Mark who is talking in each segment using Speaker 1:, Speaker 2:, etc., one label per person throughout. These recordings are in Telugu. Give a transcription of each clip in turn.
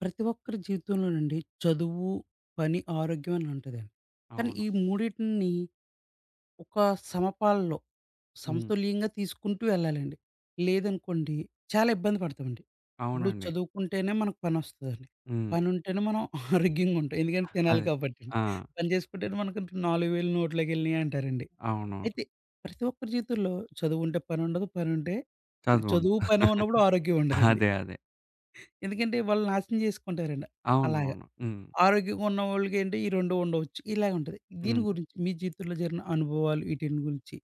Speaker 1: ప్రతి ఒక్కరి జీవితంలోనండి చదువు, పని, ఆరోగ్యం అని ఉంటదండి. కానీ
Speaker 2: అవును.
Speaker 1: ఈ మూడిటిని ఒక సమపాల్లో
Speaker 2: హ్మ్.
Speaker 1: సమతుల్యంగా తీసుకుంటూ వెళ్ళాలండి. లేదనుకోండి చాలా ఇబ్బంది పడతామండి. ఇప్పుడు
Speaker 2: అవునండి.
Speaker 1: చదువుకుంటేనే మనకు పనొస్తదండి.
Speaker 2: హ్మ్.
Speaker 1: పనుంటేనే మనం ఆరోగ్యంగా ఉంటాం. ఎందుకంటే తినాలి
Speaker 2: అదే.
Speaker 1: కాబట్టండి.
Speaker 2: ఆ!
Speaker 1: పని చేసుకుంటేనే మనకు 4,000 నోట్లోకెళ్ళినియి అంటారండి.
Speaker 2: అవును.
Speaker 1: అయితే ప్రతి ఒక్కరి జీవితంలో చదువుంటే పనుండదు, పనుంటే
Speaker 2: చదవండి.
Speaker 1: చదువు, పని ఉన్నప్పుడు ఆరోగ్యం ఉండదండి.
Speaker 2: అదే. అదే.
Speaker 1: ఎందుకంటే వాళ్ళు నాశనం చేసుకుంటారండి. అలాగ
Speaker 2: అవునవును. హ్మ్.
Speaker 1: ఆరోగ్యంగా ఉన్నవాళ్ళకేంటి ఈ 2 ఉండవచ్చు. ఇలాగుంటది. దీని
Speaker 2: హ్మ్.
Speaker 1: గురించి మీ జీవితంలో జరిగిన అనుభవాలు వీటిని గురించి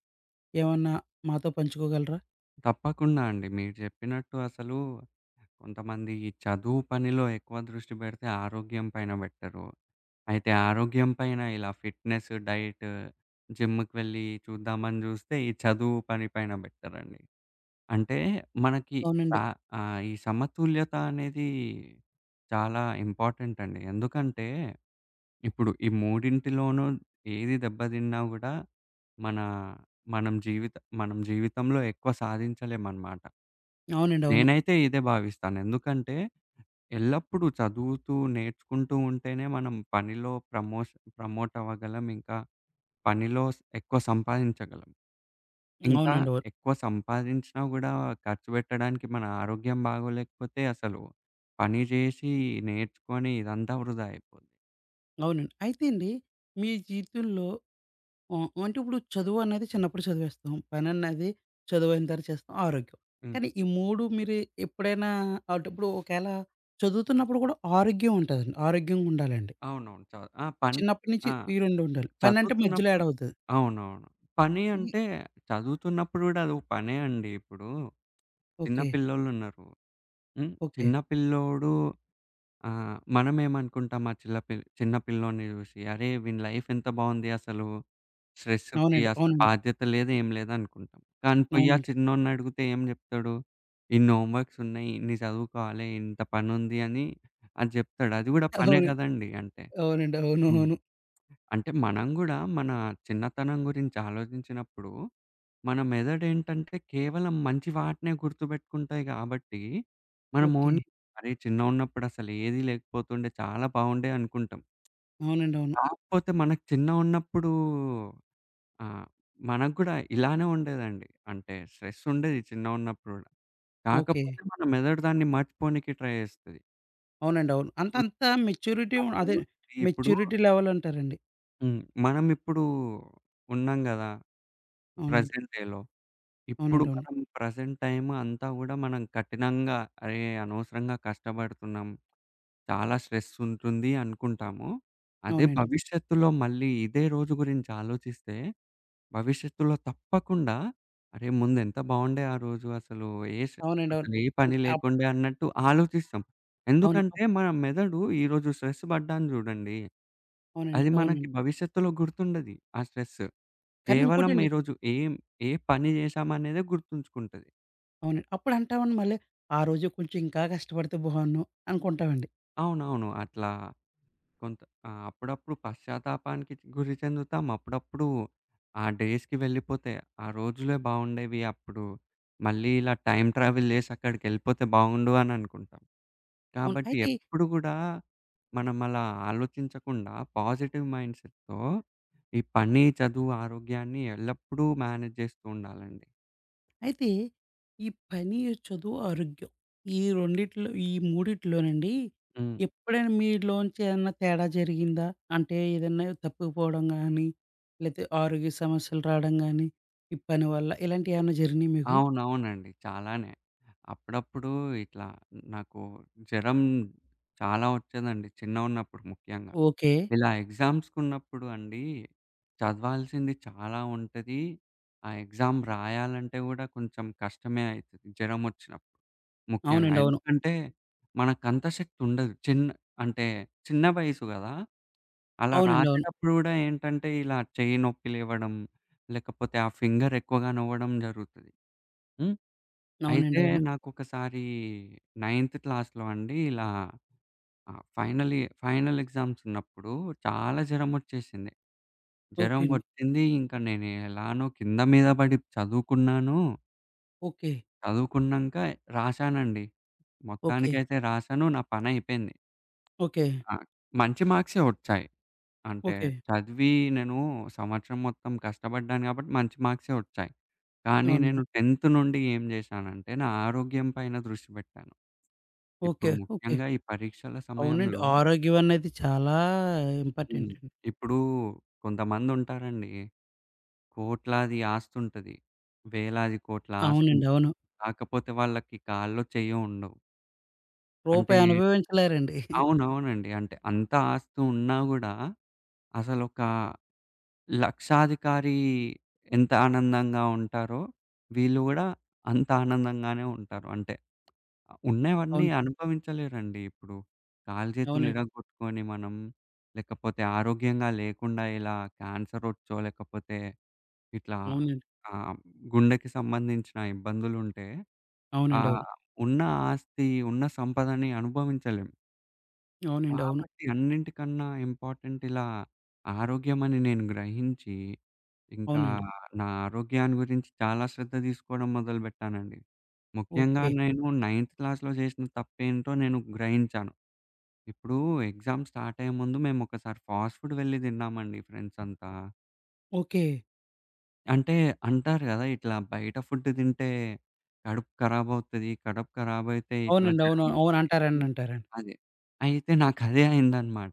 Speaker 1: ఏమన్నా మాతో పంచుకోగలరా?
Speaker 2: తప్పకుండా అండి. మీరు చెప్పినట్టు అసలు కొంతమంది ఈ చదువు పనిలో ఎక్కువ దృష్టి పెడితే ఆరోగ్యం పైన పెట్టరు. అయితే ఆరోగ్యం పైన ఇలా ఫిట్‌నెస్, డైట్, జిమ్‌కి వెళ్లి చూద్దామని చూస్తే ఈ చదువు పని పైన పెట్టరండి. అంటే మనకి
Speaker 1: అవునండి.
Speaker 2: తా ఈ సమతుల్యత అనేది చాలా ఇంపార్టెంట్ అండి. ఎందుకంటే ఇప్పుడు ఈ మూడింటిలోనూ ఏది దెబ్బతిన్నా గూడా మన మనం జీవిత మనం జీవితంలో ఎక్కువ సాధించలేమనమాట.
Speaker 1: అవునండి. అవును.
Speaker 2: నేనైతే ఇదే భావిస్తాను. ఎందుకంటే ఎల్లప్పుడూ చదువుతూ, నేర్చుకుంటూ ఉంటేనే మనం పనిలో ప్రమోట్ అవ్వగలం. ఇంకా పనిలో ఎక్కువ సంపాదించగలం. ఇంకా
Speaker 1: అవునండి. అవును.
Speaker 2: ఎక్కువ సంపాదించినా గూడా ఖర్చు పెట్టడానికి మన ఆరోగ్యం బాగోలేకపోతే అసలు పని జేసి, నేర్చుకొని ఇదంతా వృధా అయిపోద్ది.
Speaker 1: అవునండి. అయితే అండి, మీ జీవితంలో అంటే ఇప్పుడు చదువు అనేది చిన్నప్పుడు చదివేస్తాం. పనన్నది చదువయిన తర్వాత చేస్తాం. ఆరోగ్యం.
Speaker 2: హ్మ్.
Speaker 1: కానీ ఈ 3 మీరు ఎప్పుడైనా, అంటే ఇప్పుడు ఒకేళ చదువుతున్నప్పుడు కూడా ఆరోగ్యం ఉంటదండి. ఆరోగ్యంగా ఉండాలండి.
Speaker 2: అవునవును. ఆ! పని
Speaker 1: చిన్నప్పటి నుంచి
Speaker 2: ఆ!
Speaker 1: ఈ 2 ఉండాలి. పనంటే మధ్యలో
Speaker 2: చదువుతున్నప్పుడు
Speaker 1: యాడ్ అవుతది.
Speaker 2: అవునవును. పని
Speaker 1: ఈ
Speaker 2: అంటే చదువుతున్నప్పుడు గూడా అదో పనే అండి. ఇప్పుడు చిన్న
Speaker 1: ఓకే.
Speaker 2: పిల్లోళ్ళున్నారు. హ్మ్.
Speaker 1: ఓకే.
Speaker 2: చిన్న పిల్లోడు మనమేమనుకుంటాం ఆ చిల్ల పిల్ చిన్న పిల్లోడిని జూసి, "అరే! వీని లైఫ్ ఎంత బావుంది అసలు." స్ట్రెస్ ఫ్రీ
Speaker 1: అవునండి.
Speaker 2: అసలు
Speaker 1: అవునండి.
Speaker 2: బాధ్యత లేదు, ఏం లేదనుకుంటాం. కానీ పోయి ఆ
Speaker 1: అవునండి.
Speaker 2: చిన్నోడినడిగితే ఏం జెప్తాడు? ఇన్ని హోమ్ వర్క్స్ ఉన్నాయి, ఇన్ని చదువుకోవాలి, ఇంత పనుంది అని అది జెప్తాడు. అది గూడా పనే
Speaker 1: అవును.
Speaker 2: గదండీ అంటే.
Speaker 1: అవునండి. అవును.
Speaker 2: హ్మ్.
Speaker 1: అవును.
Speaker 2: అంటే మనం గూడా మన చిన్నతనం గురించి ఆలోచించినప్పుడు, మన మెదడేంటంటే కేవలం మంచి వాటినే గుర్తుబెట్టుకుంటాయి గాబట్టి, మనం
Speaker 1: ఓకే.
Speaker 2: ఓన్లీ అరే! చిన్నగున్నప్పుడు అసలు ఏది లేకపోతుండే చాలా బావుండే అనుకుంటాం.
Speaker 1: అవునండి. అవును.
Speaker 2: కాకపోతే మనకు చిన్నగున్నప్పుడు ఆ! మనకు గూడా ఇలానే ఉండేదండి. అంటే స్ట్రెస్ ఉండేది చిన్నగున్నప్పుడు గూడా.
Speaker 1: ఓకే.
Speaker 2: కాకపోతే మన మెదడు దాన్ని మర్చిపోనికి ట్రై జేస్తది.
Speaker 1: అవునండి. అవును. అంటే
Speaker 2: ఇప్పుడు
Speaker 1: అంత అదే
Speaker 2: అదెందుకండి ఇప్పుడు
Speaker 1: మెచ్యూరిటీ లెవెల్ అంటారండి.
Speaker 2: హ్మ్. మనం ఇప్పుడు ఉన్నాం గదా!
Speaker 1: అవునండి.
Speaker 2: ప్రెజెంట్ డేలో. ఇప్పుడు
Speaker 1: అవునండి. అవును.
Speaker 2: మనం ప్రెజెంట్ టైమ్ అంతా గూడా మనం కఠినంగా అరే! అనవసరంగా కష్టపడుతున్నాం. చాలా స్ట్రెస్ ఉంటుంది అనుకుంటాము. అదే
Speaker 1: అవునండి.
Speaker 2: భవిష్యత్తులో మళ్ళీ ఇదే రోజు గురించి ఆలోచిస్తే భవిష్యత్తులో తప్పకుండా అరే! ముందెంత బాగుండే ఆ రోజు అసలు ఏ స్
Speaker 1: అవునండి. అవును.
Speaker 2: అసలు ఏ పని
Speaker 1: ఇంక అప్
Speaker 2: లేకుండే అన్నట్టు ఆలోచిస్తాం.
Speaker 1: అవును.
Speaker 2: ఎందుకంటే మన మెదడు ఈరోజు స్ట్రెస్ పడ్డాను చూడండి.
Speaker 1: అవునండి.
Speaker 2: అది మనకి
Speaker 1: అవునండి.
Speaker 2: భవిష్యత్తులో గుర్తుండది. ఆ స్ట్రెస్.
Speaker 1: కానీ
Speaker 2: కేవలం
Speaker 1: ఇంకోటండి,
Speaker 2: ఈరోజు ఏ పని చేశామనేదే గుర్తుంచుకుంటది.
Speaker 1: అవునండి. అప్పుడు అంటామండి మళ్ళీ, ఆ రోజే కొంచెం ఇంకా కష్టపడితే బావున్ను అనుకుంటామండి.
Speaker 2: అవునవును. అట్లా కొంత ఆ! అప్పుడప్పుడు పశ్చాత్తాపానికి గురి చెందుతాం. అప్పుడప్పుడు ఆ డేస్‌కి వెళ్ళిపోతే, ఆ రోజులే బాగుండేవి. అప్పుడు మళ్ళీ ఇలా టైమ్ ట్రావెల్ చేసి అక్కడికెళ్ళిపోతే బాగుండు అని అనుకుంటాం.
Speaker 1: అవును.
Speaker 2: కాబట్టి
Speaker 1: అయితే
Speaker 2: ఎప్పుడు గూడా మనం అలా ఆలోచించకుండా పాజిటివ్ మైండ్ సెట్‌తో ఈ పని, చదువు, ఆరోగ్యాన్ని ఎల్లప్పుడూ మేనేజ్ చేస్తూ ఉండాలండి.
Speaker 1: అయితే ఈ పని, చదువు, ఆరోగ్యం, ఈ రెండిట్లో, ఈ మూడిట్లోనండి
Speaker 2: హ్మ్.
Speaker 1: ఎప్పుడైనా మీలోంచి ఏమన్నా తేడా జరిగిందా? అంటే ఏదన్నా తప్పిపోవడం గానీ, లేతే ఆరోగ్య సమస్యలు రావడం గానీ, ఈ పని వల్ల ఇలాంటివి ఏమన్నా జరిగినాయి మీకు?
Speaker 2: అవునవునండి. చాలానే. అప్పుడప్పుడు ఇట్లా నాకు జ్వరం చాలా వచ్చేదండి చిన్నగున్నప్పుడు ముఖ్యంగా.
Speaker 1: ఓకే.
Speaker 2: ఇలా ఎగ్జామ్స్‌కున్నప్పుడు అండి, చదవాల్సింది చాలా ఉంటది. ఆ ఎగ్జామ్ రాయాలంటే గూడా కొంచెం కష్టమే అయితది జ్వరమొచ్చినప్పుడు ముఖ్యంగా.
Speaker 1: అవునండి. అవును.
Speaker 2: ఎందుకంటే, మనకంత శక్తి ఉండదు. చిన్న అంటే చిన్న వయసు గదా! అలా
Speaker 1: అవునండి. అవును.
Speaker 2: రాసేటప్పుడు గూడా ఏంటంటే, ఇలా చెయ్యి నొప్పి లేవడం, లేకపోతే ఆ ఫింగర్ ఎక్కువగా నొవ్వడం జరుగుతది. హ్మ్. అయితే
Speaker 1: అవునండి. అవును.
Speaker 2: నాకొకసారి నైన్త్ క్లాస్‌లో అండి ఇలా ఆ! ఫైనల్ ఎగ్జామ్స్ ఉన్నప్పుడు చాలా జరమొచ్చేసింది. జరం
Speaker 1: ఓకే అండి.
Speaker 2: వచ్చింది. ఇంకా నేను ఎలానో కింద మీద పడి చదువుకున్నాను.
Speaker 1: ఓకే.
Speaker 2: చదువుకున్నంక రాశానండి.
Speaker 1: ఓకే.
Speaker 2: మొత్తానికైతే రాశాను. నా పనయిపోయింది.
Speaker 1: ఓకే.
Speaker 2: ఆ! మంచి మార్క్సే వచ్చాయి. అంటే
Speaker 1: ఓకే.
Speaker 2: చదివి నేను సంవత్సరం మొత్తం కష్టపడ్డాను కాబట్టి మంచి మార్క్సే వచ్చాయి. కానీ నేను
Speaker 1: అవునండి.
Speaker 2: 10థ్ నుండి ఏం జేశానంటే, నా ఆరోగ్యం పైన దృష్టి పెట్టాను.
Speaker 1: ఓకే.
Speaker 2: ఇప్పుడు
Speaker 1: ఓకే.
Speaker 2: ముఖ్యంగా ఈ పరీక్షల
Speaker 1: అవునండి.
Speaker 2: సమయంలో
Speaker 1: ఆరోగ్యం అనేది చాలా
Speaker 2: హ్మ్.
Speaker 1: ఇంపార్టెంట్ అండి.
Speaker 2: ఇప్పుడు కొంతమందుంటారండి. కోట్లాది ఆస్తుంటది. వేలాది కోట్ల
Speaker 1: అవునండి.
Speaker 2: ఆస్తుంటది.
Speaker 1: అవును.
Speaker 2: కాకపోతే వాళ్ళకి కాల్లో, చెయ్యో ఉండవు. అంటే
Speaker 1: రూపాయి అనుభవించలేరండి.
Speaker 2: అవునవునండి. అంటే అంత ఆస్తు ఉన్నా గూడా అసలొక లక్షాధికారి ఎంత ఆనందంగా ఉంటారో, వీళ్ళు గూడా అంత ఆనందంగానే ఉంటారు. అంటే ఆ! ఉన్నవన్నీ
Speaker 1: అవును.
Speaker 2: అనుభవించలేరండి ఇప్పుడు. కాళ్ళు చేతులు హ్మ్.
Speaker 1: అవునండి.
Speaker 2: ఇరగ్గొట్టుకొని మనం లేకపోతే ఆరోగ్యంగా లేకుండా ఇలా క్యాన్సరొచ్చో లేకపోతే ఇట్లా
Speaker 1: అవునండి.
Speaker 2: ఆహ్, గుండెకి సంబంధించిన ఇబ్బందులుంటే, ఆ
Speaker 1: అవునండి. అవును.
Speaker 2: ఉన్న ఆస్తి, ఉన్న సంపదని అనుభవించలేం.
Speaker 1: అవునండి. అవును.
Speaker 2: కాబట్టి అన్నింటికన్నా ఇంపార్టెంట్ ఇలా ఆరోగ్యమని నేను గ్రహించి, ఇంకా
Speaker 1: అవునండి.
Speaker 2: నా ఆరోగ్యాన్ని గురించి చాలా శ్రద్ధ తీసుకోవడం మొదలుపెట్టానండి. ముఖ్యంగా
Speaker 1: ఓకే.
Speaker 2: నేను నైన్త్ క్లాస్‌లో చేసిన తప్పేంటో నేను గ్రహించాను. ఇప్పుడు ఎగ్జామ్ స్టార్ట్ అయ్యే ముందు మేమొకసారి ఫాస్ట్ ఫుడ్ వెళ్ళి తిన్నామండి ఫ్రెండ్సంతా.
Speaker 1: ఓకే.
Speaker 2: అంటే అంటారు గదా! ఇట్లా బయట ఫుడ్ తింటే కడుపు ఖరాబవుతది. కడుపు ఖరాబయితే ఇట్లా హ్మ్.
Speaker 1: అవునండి. అవును. అవును.
Speaker 2: జరమొస్తది అని.
Speaker 1: అంటారండి.
Speaker 2: హ్మ్.
Speaker 1: అంటారండి.
Speaker 2: అదే. అయితే నాకదే అయిందనమాట.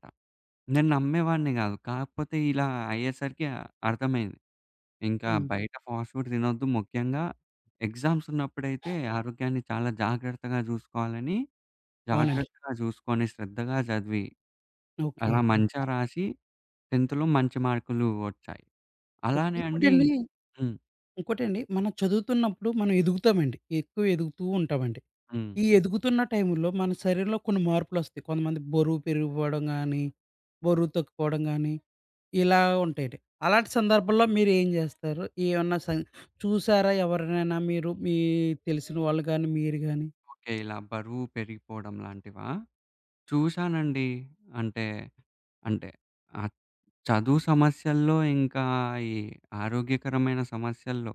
Speaker 2: నేను నమ్మేవాడిని గాదు. కాకపోతే ఇలా అయ్యేసరికి అర్థమైంది. ఇంకా
Speaker 1: హ్మ్.
Speaker 2: బయట ఫాస్ట్ ఫుడ్ తినొద్దు. ముఖ్యంగా ఎగ్జామ్స్ ఉన్నప్పుడైతే ఆరోగ్యాన్ని చాలా జాగ్రత్తగా జూసుకోవాలని,
Speaker 1: అవునండి.
Speaker 2: జాగ్రత్తగా జూసుకొని, శ్రద్ధగా చదివి,
Speaker 1: ఓకే.
Speaker 2: అలా మంచిగా రాసి 10థ్‌లో మంచి మార్కులు వచ్చాయి.
Speaker 1: ఓకే.
Speaker 2: అలానే అండి
Speaker 1: ఇంకోటండి,
Speaker 2: హ్మ్.
Speaker 1: ఇంకోటండి మనం చదువుతున్నప్పుడు మనం ఎదుగుతామండి. ఎక్కువ ఎదుగుతూ ఉంటామండి.
Speaker 2: హ్మ్.
Speaker 1: ఈ ఎదుగుతున్న టైంలో మన శరీరంలో కొన్ని మార్పులొస్తాయి. కొంతమంది బరువు పెరిగిపోవడం గానీ, బరువు తగ్గిపోవడం గానీ, ఇలా ఉంటాయండి. అలాంటి సందర్భంలో మీరేం జేస్తారు? ఏమన్నా సం చూసారా ఎవరినైనా, మీరు మీ తెలిసిన వాళ్ళు గానీ, మీరు గానీ?
Speaker 2: ఓకే. ఇలా బరువు పెరిగిపోవడం లాంటివా? చూశానండి. అంటే, అంటే ఆ చదువు సమస్యల్లో ఇంకా ఈ ఆరోగ్యకరమైన సమస్యల్లో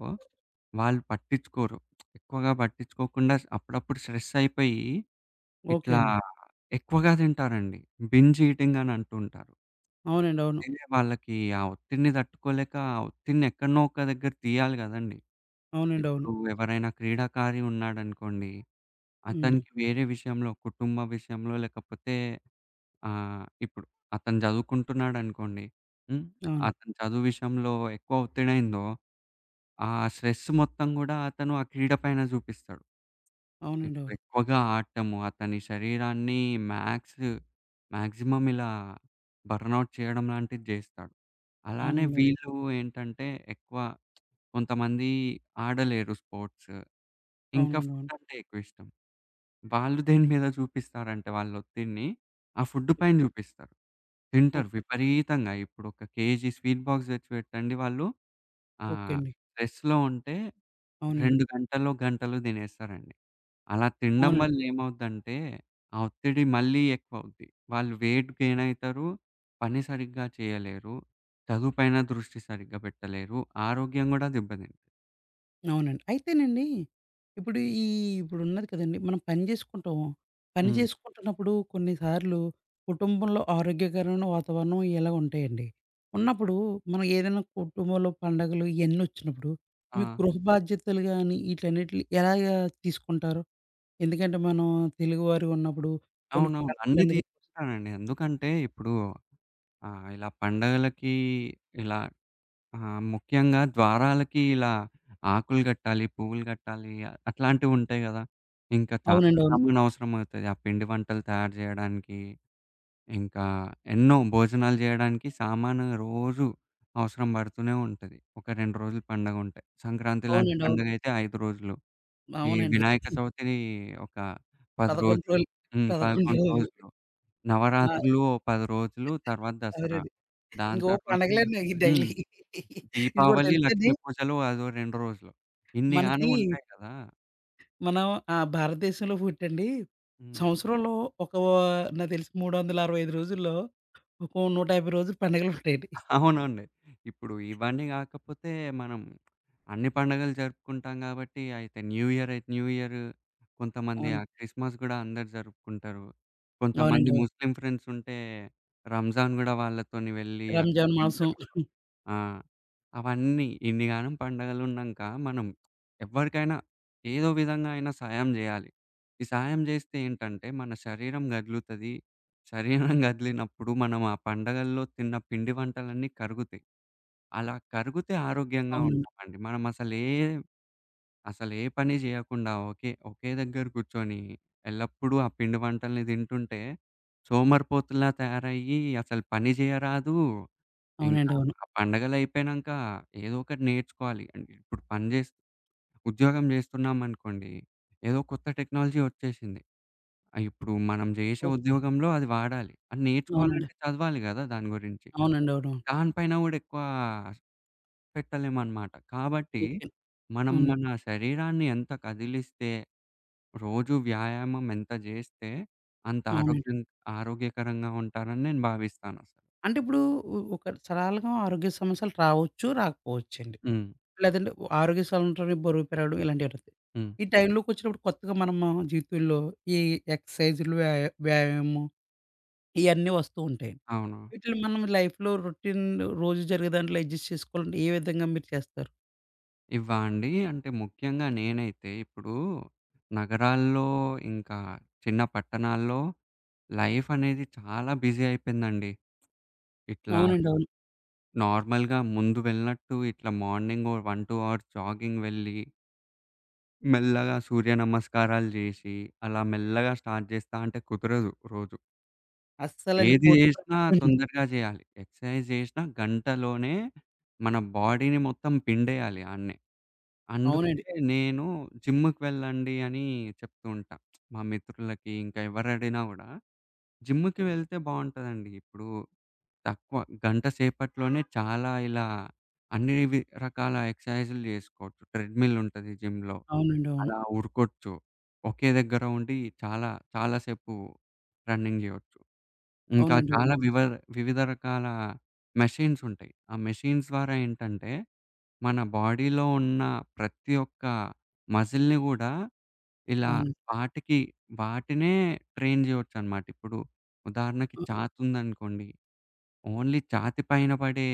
Speaker 2: వాళ్ళు పట్టించుకోరు. ఎక్కువగా పట్టించుకోకుండా అప్పుడప్పుడు స్ట్రెస్ అయిపోయి
Speaker 1: ఓకే
Speaker 2: ఇట్లా
Speaker 1: అండి.
Speaker 2: ఎక్కువగా తింటారండి. బింజ్ ఈటింగ్ అని అంటుంటారు.
Speaker 1: అవునండి. అవును.
Speaker 2: తినే వాళ్ళకి ఆ ఒత్తిడిని తట్టుకోలేక ఆ ఒత్తిడిని ఎక్కడనో ఒక దగ్గర తీయాలి గదండీ!
Speaker 1: అవునండి. అవును.
Speaker 2: ఇప్పుడు ఎవరైనా క్రీడాకారి ఉన్నాడనుకోండి
Speaker 1: హ్మ్.
Speaker 2: అతనికి వేరే విషయంలో, కుటుంబ విషయంలో లేకపోతే ఇప్పుడు అతను చదువుకుంటున్నాడనుకోండి. హ్మ్.
Speaker 1: అవును.
Speaker 2: అతని చదువు విషయంలో ఎక్కువ ఒత్తిడయిందో, ఆ స్ట్రెస్ మొత్తం గూడా అతను ఆ క్రీడ పైన చూపిస్తాడు.
Speaker 1: అవునండి.
Speaker 2: ఇప్పుడు
Speaker 1: అవును.
Speaker 2: ఎక్కువగా ఆడటము, అతని శరీరాన్ని మ్యాక్స్ మాక్సిమం ఇలా బర్న్‌ఔట్ చేయడం లాంటిది జేస్తాడు. అలానే
Speaker 1: అవునండి. అవును.
Speaker 2: వీళ్ళు ఏంటంటే ఎక్కువ కొంతమంది ఆడలేరు స్పోర్ట్స్. ఇంకా
Speaker 1: అవునండి. అవును.
Speaker 2: ఫుడ్డంటే ఎక్కువిష్టం. వాళ్ళు దేని మీద చూపిస్తారంటే వాళ్ళ ఒత్తిడిని, ఆ ఫుడ్ పైన చూపిస్తారు.
Speaker 1: ఓ
Speaker 2: తింటారు విపరీతంగా. ఇప్పుడొక కేజీ స్వీట్ బాక్స్ తెచ్చి పెట్టండి వాళ్ళు
Speaker 1: ఓకే
Speaker 2: ఆహ్,
Speaker 1: అండి.
Speaker 2: స్ట్రెస్‌లో ఉంటే
Speaker 1: అవునండి.
Speaker 2: 2 గంటల్లో, గంటలో తినేస్తారండి. అలా తినడం
Speaker 1: అవునండి.
Speaker 2: వల్ల ఏమవుద్దంటే, ఆ ఒత్తిడి మళ్ళీ ఎక్కువవుద్ది. వాళ్ళు వెయిట్ గెయిన్ అయితారు. పని సరిగ్గా చేయలేరు. చదువు పైన దృష్టి సరిగ్గా పెట్టలేరు. ఆరోగ్యం గూడా దెబ్బతింటది.
Speaker 1: అవునండి. అయితేనండి ఇప్పుడు ఈ ఇప్పుడున్నది కదండీ! మనం పని జేసుకుంటాం. పని
Speaker 2: హ్మ్.
Speaker 1: చేసుకుంటున్నప్పుడు కొన్నిసార్లు కుటుంబంలో ఆరోగ్యకరమైన వాతావరణం ఇలా ఉంటాయండి. ఉన్నప్పుడు మనం ఏదైనా కుటుంబంలో పండగలు ఇయన్నొచ్చినప్పుడు
Speaker 2: ఆ!
Speaker 1: మీ గృహ బాధ్యతలు గాని ఈట్లన్నిటిని ఎలాగా తీసుకుంటారు? ఎందుకంటే మనం తెలుగువారు ఉన్నప్పుడు కొన్ని
Speaker 2: అవునవును. అన్నీ
Speaker 1: పండగలనేది
Speaker 2: తీసుకుంటానండి. ఎందుకంటే ఇప్పుడు ఇలా పండగలకి ఇలా ఆహ్, ముఖ్యంగా ద్వారాలకి ఇలా ఆకులు కట్టాలి, పువ్వులు కట్టాలి అట్లాంటివుంటాయి గదా! ఇంకా చాలా
Speaker 1: అవునండి. అవును.
Speaker 2: సామాను అవసరమవుతది. ఆ పిండి వంటలు తయారు జేయడానికి, ఇంకా ఎన్నో భోజనాలు జేయడానికి సామాను రోజు అవసరం పడుతూనే ఉంటది. ఒక 2 రోజులు పండగుంటే. సంక్రాంతి లాంటి
Speaker 1: అవునండి. అవును.
Speaker 2: పండగైతే 5 రోజులు. ఈ
Speaker 1: అవునండి.
Speaker 2: వినాయక చవితి ఒక 10
Speaker 1: 11
Speaker 2: రోజులు.
Speaker 1: రోజులు,
Speaker 2: హ్మ్.
Speaker 1: 11
Speaker 2: 11
Speaker 1: రోజులు.
Speaker 2: రోజులు.
Speaker 1: ఆ!
Speaker 2: నవరాత్రులు ఓ 10 రోజులు, తర్వాత దసరా.
Speaker 1: అవునండి.
Speaker 2: దాని
Speaker 1: ఇంకో
Speaker 2: తర్వాత
Speaker 1: పండగలండి ఇయి
Speaker 2: హ్మ్.
Speaker 1: డైలీ. ఇంకోటి
Speaker 2: దీపావళి,
Speaker 1: తెలుసండి,
Speaker 2: లక్ష్మీ పూజలు అదో 2 రోజులు. ఇన్ని గానం
Speaker 1: మనకి
Speaker 2: ఉంటాయి కదా!
Speaker 1: మనం భారతదేశంలో పుట్టండి,
Speaker 2: హ్మ్.
Speaker 1: సంవత్సరంలో ఒక నాకు తెలిసి 365 రోజుల్లో ఒక 150 రోజులు పండగలుంటాయండి.
Speaker 2: అవునండి. ఇప్పుడు ఇవన్నీ గాకపోతే మనం అన్ని పండుగలు జరుపుకుంటాం గాబట్టి, అయితే న్యూ ఇయర్ అయితే న్యూ ఇయర్, కొంతమంది
Speaker 1: అవును.
Speaker 2: ఆ క్రిస్మస్ గూడా అందరూ జరుపుకుంటారు. కొంతమంది
Speaker 1: అవునండి. అవును.
Speaker 2: ముస్లిం ఫ్రెండ్స్ ఉంటే రంజాన్ గూడా వాళ్ళతోని వెళ్ళి అట్లా
Speaker 1: రంజాన్ మాసం.
Speaker 2: తింటారు. ఆ! అవన్నీ ఇన్నిగానం పండగలున్నంక మనం ఎవ్వరికైనా ఏదో విధంగా అయినా సాయం జేయాలి. ఈ సాయం జేస్తే ఏంటంటే మన శరీరం గదులుతది. శరీరం గదిలినప్పుడు మనం ఆ పండగల్లో తిన్న పిండి వంటలన్నీ కరుగుతాయి. అలా కరిగితే ఆరోగ్యంగా
Speaker 1: అవునండి.
Speaker 2: ఉంటామండి. మనం అసలే అసలే పని జేయకుండా ఒకే ఒకే దగ్గర కూర్చొని ఎల్లప్పుడూ ఆ పిండి వంటల్ని తింటుంటే సోమరిపోతులా తయారయ్యి అసలు పని జేయరాదు
Speaker 1: అవునండి.
Speaker 2: ఇంకా
Speaker 1: అవును.
Speaker 2: ఆ పండగలయిపోయినంక ఏదో ఒకటి నేర్చుకోవాలి. అంటే ఇప్పుడు పని జేస్ ఉద్యోగం జేస్తున్నామనుకోండి, ఏదో కొత్త టెక్నాలజీ ఒచ్చేసింది. ఇప్పుడు మనం జేసే
Speaker 1: ఓకే.
Speaker 2: ఉద్యోగంలో అది వాడాలి. అది
Speaker 1: అవునండి.
Speaker 2: నేర్చుకోవాలంటే చదవాలి గదా! దాని గురించి.
Speaker 1: అవునండి. అవునవును.
Speaker 2: దానిపైన గూడా ఎక్కువ పెట్టలేమనమాట. కాబట్టి
Speaker 1: ఓకే.
Speaker 2: మనం
Speaker 1: అవును.
Speaker 2: మన శరీరాన్ని ఎంత కదిలిస్తే, రోజు వ్యాయామం ఎంత జేస్తే అంత
Speaker 1: అవునండి.
Speaker 2: ఆరోగ్యం ఆరోగ్యకరంగా ఉంటారని నేను భావిస్తానసలు.
Speaker 1: అంటే ఇప్పుడు ఒక సరళంగా ఆరోగ్య సమస్యలు రావచ్చు, రాకపోవచ్చండి.
Speaker 2: హ్మ్.
Speaker 1: లేదంటే ఆరోగ్య సవరణ బరువు పెరగడం ఇలాంటివివుతాయి.
Speaker 2: హ్మ్.
Speaker 1: ఈ అవును. టైంలోకొచ్చినప్పుడు కొత్తగా మనం జీవితంలో ఈ ఎక్సర్‌సైజ్‌లు, వ్యాయామం ఇయన్నీ వస్తూ ఉంటాయి.
Speaker 2: అవును.
Speaker 1: వీటిని మనం లైఫ్‌లో రొటీన్, రోజు జరిగే దాంట్లో అడ్జస్ట్ చేసుకోవాలంటే ఏ విధంగా మీరు చేస్తారు?
Speaker 2: ఇవా అండి? అంటే ముఖ్యంగా నేనైతే ఇప్పుడు నగరాల్లో, ఇంకా చిన్న పట్టణాల్లో లైఫ్ అనేది చాలా బిజీ అయిపోయిందండి. ఇట్లా హ్మ్.
Speaker 1: అవునండి. అవును.
Speaker 2: నార్మల్‌గా ముందు వెళ్ళినట్టు ఇట్లా మార్నింగ్ ఓ 1, 2 అవర్స్ జాగింగ్ వెళ్ళి, మెల్లగా సూర్య నమస్కారాలు జేసి, అలా మెల్లగా స్టార్ట్ జేస్తా అంటే కుదరదు రోజు.
Speaker 1: అస్సలండి
Speaker 2: ఏది
Speaker 1: పోటీ
Speaker 2: జేసినా
Speaker 1: ప్రపంచం అండి.
Speaker 2: తొందరగా జేయాలి. ఎక్సర్సైజ్ జేసినా గంటలోనే మన బాడీని మొత్తం పిండేయాలి ఆడనే. అందుకే
Speaker 1: అవునండి.
Speaker 2: నేను జిమ్‌కి వెళ్ళండి అని చెప్తూ ఉంటా. మా మిత్రులకి ఇంకా ఎవరడిగినా గూడా. జిమ్‌కి వెళ్తే బావుంటదండి. ఇప్పుడు తక్కువ గంట సేపట్లోనే చాలా ఇలా అన్ని రకాల ఎక్సర్‌సైజులు జేసుకోవచ్చు. ట్రెడ్‌మిల్ ఉంటది జిమ్‌లో.
Speaker 1: అవునండి. అవును.
Speaker 2: అలా ఉరుకోచ్చు. ఒకే దగ్గర ఉండి చాలా చాలా సేపు రన్నింగ్ జేయొచ్చు. ఇంకా
Speaker 1: అవునండి. అవును.
Speaker 2: చాలా వివిధ రకాల మెషీన్స్ ఉంటాయి. ఆ మెషీన్స్ ద్వారా ఏంటంటే మన బాడీలో ఉన్న ప్రతి ఒక్క మజిల్‌ని గూడా ఇలా
Speaker 1: అవునండి.
Speaker 2: వాటికి వాటినే ట్రైన్ జేయొచ్చనమాట. ఇప్పుడు ఉదాహరణకి
Speaker 1: అ!
Speaker 2: ఛాతుందనుకోండి. ఓన్లీ ఛాతీ పైన పడే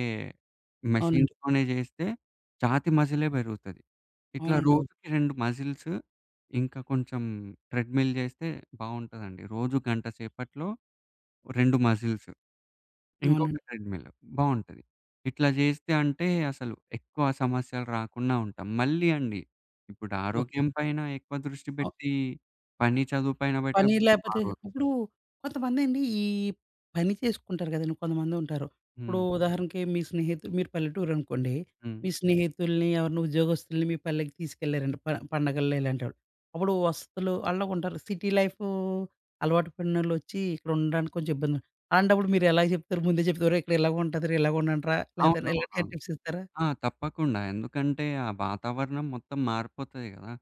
Speaker 1: అవునండి.
Speaker 2: మెషీన్స్‌తోనే జేస్తే ఛాతీ మజిలే బెరుగుతది. ఇట్లా
Speaker 1: అవునండి. అవును.
Speaker 2: రోజుకి 2 మజిల్స్ ఇంకా కొంచెం ట్రెడ్‌మిల్ జేస్తే బావుంటదండి. రోజు గంట సేపట్లో 2 మజిల్స్. ఇంకొక
Speaker 1: అవునండి.
Speaker 2: ట్రెడ్‌మిల్ బావుంటది. ఇట్లా జేస్తే అంటే అసలు ఎక్కువ సమస్యలు రాకుండా ఉంటాం. మళ్ళీ అండి ఇప్పుడు
Speaker 1: ఓకే.
Speaker 2: ఆరోగ్యం పైన ఎక్కువ దృష్టి
Speaker 1: అవ్
Speaker 2: పెట్టి పని, చదువు పైన
Speaker 1: పని
Speaker 2: పెట్టకపోతే
Speaker 1: లేపోతే
Speaker 2: బాగోదు.
Speaker 1: ఇప్పుడు కొంతమందండి ఈ పని చేసుకుంటారు కదండీ! కొంతమందుంటారు. ఇప్పుడు
Speaker 2: హ్మ్.
Speaker 1: ఉదాహరణకి మీ స్నేహితులు మీరు పల్లెటూరనుకోండి.
Speaker 2: హ్మ్.
Speaker 1: మీ స్నేహితుల్ని ఎవరిని ఉద్యోగస్తుల్ని మీ పల్లెకి తీసుకెళ్లారండి పండగల్లో ఇలాంటోళ్ళు. అప్పుడు వసతులు ఆళ్ళకుంటారు. సిటీ లైఫు అలవాటు పడినోళ్ళొచ్చి ఇక్కడ ఉండడానికి కొంచెం ఇబ్బంది ఉంది. అలాంటప్పుడు మీరెలా చెప్తారు? ముందే చెప్తారా? "ఒరేయ్! ఇక్కడ ఇలాగుంటదిరా, ఇలాగుండండిరా" లేతే ఇలాంటి
Speaker 2: అవునవునవును.
Speaker 1: టిప్స్ ఇస్తారా?
Speaker 2: ఆ! తప్పకుండా. ఎందుకంటే ఆ వాతావరణం మొత్తం మారిపోతది గదా!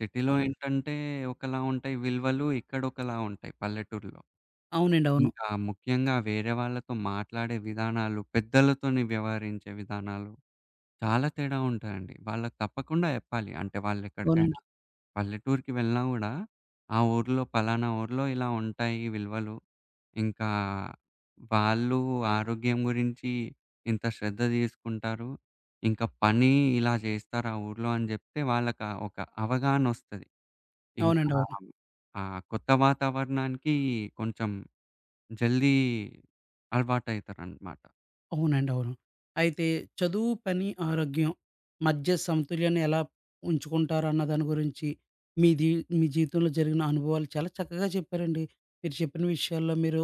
Speaker 2: సిటీలో
Speaker 1: అవును.
Speaker 2: ఏంటంటే ఒకలా ఉంటాయి విలువలు, ఇక్కడ ఒకలా ఉంటాయి పల్లెటూరులో.
Speaker 1: అవునండి. అవును.
Speaker 2: ఇంకా ముఖ్యంగా వేరే వాళ్ళతో మాట్లాడే విధానాలు, పెద్దలతోని వ్యవహరించే విధానాలు చాలా తేడా ఉంటాయండి. వాళ్ళకి తప్పకుండా జెప్పాలి. అంటే వాళ్ళెక్కడికైనా
Speaker 1: అవునండి.
Speaker 2: పల్లెటూరికి వెళ్ళినా గూడా, ఆ ఊర్లో పలానా ఊర్లో ఇలా ఉంటాయి ఈ విలువలు. ఇంకా వాళ్ళు ఆరోగ్యం గురించి ఇంత శ్రద్ధ తీసుకుంటారు. ఇంకా పని ఇలా జేస్తారు ఆ ఊర్లో అని జెప్తే వాళ్ళకా ఒక అవగాహనొస్తది. ఇంకా
Speaker 1: అవునండి. అవును.
Speaker 2: ఆ కొత్త వాతావరణానికి కొంచెం జల్దీ అలవాటయితారనమాట.
Speaker 1: అవునండి. అవును. అయితే చదువు, పని, ఆరోగ్యం మధ్య సమతుల్యాన్ని ఎలా ఉంచుకుంటారన్న దాని గురించి మీది, మీ జీవితంలో జరిగిన అనుభవాలు చాలా చక్కగా చెప్పారండి. మీరు చెప్పిన విషయాల్లో మీరు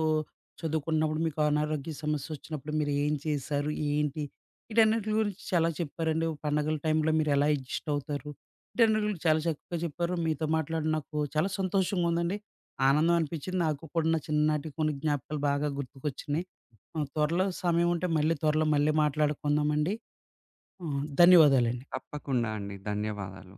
Speaker 1: చదువుకున్నప్పుడు మీకు అనారోగ్య సమస్యొచ్చినప్పుడు మీరు ఏం చేశారు? ఏంటి? వీటన్నిటి గురించి చాలా చెప్పారండి. పండగల టైంలో మీరెలా అడ్జస్ట్ అవుతారు? వీటన్నిటి గురించి చాలా చక్కగా చెప్పారు. మీతో మాట్లాడి నాకు చాలా సంతోషంగా ఉందండి. ఆనందం అనిపించింది. నాకు కూడా నా చిన్ననాటి కొన్ని జ్ఞాపకాలు బాగా గుర్తుకొచ్చినియి. ఆ! త్వరలో సమయం ఉంటే మళ్ళీ త్వరలో మళ్ళీ మాట్లాడుకుందామండి. ఆ! ధన్యవాదాలండి.
Speaker 2: తప్పకుండా అండి. ధన్యవాదాలు.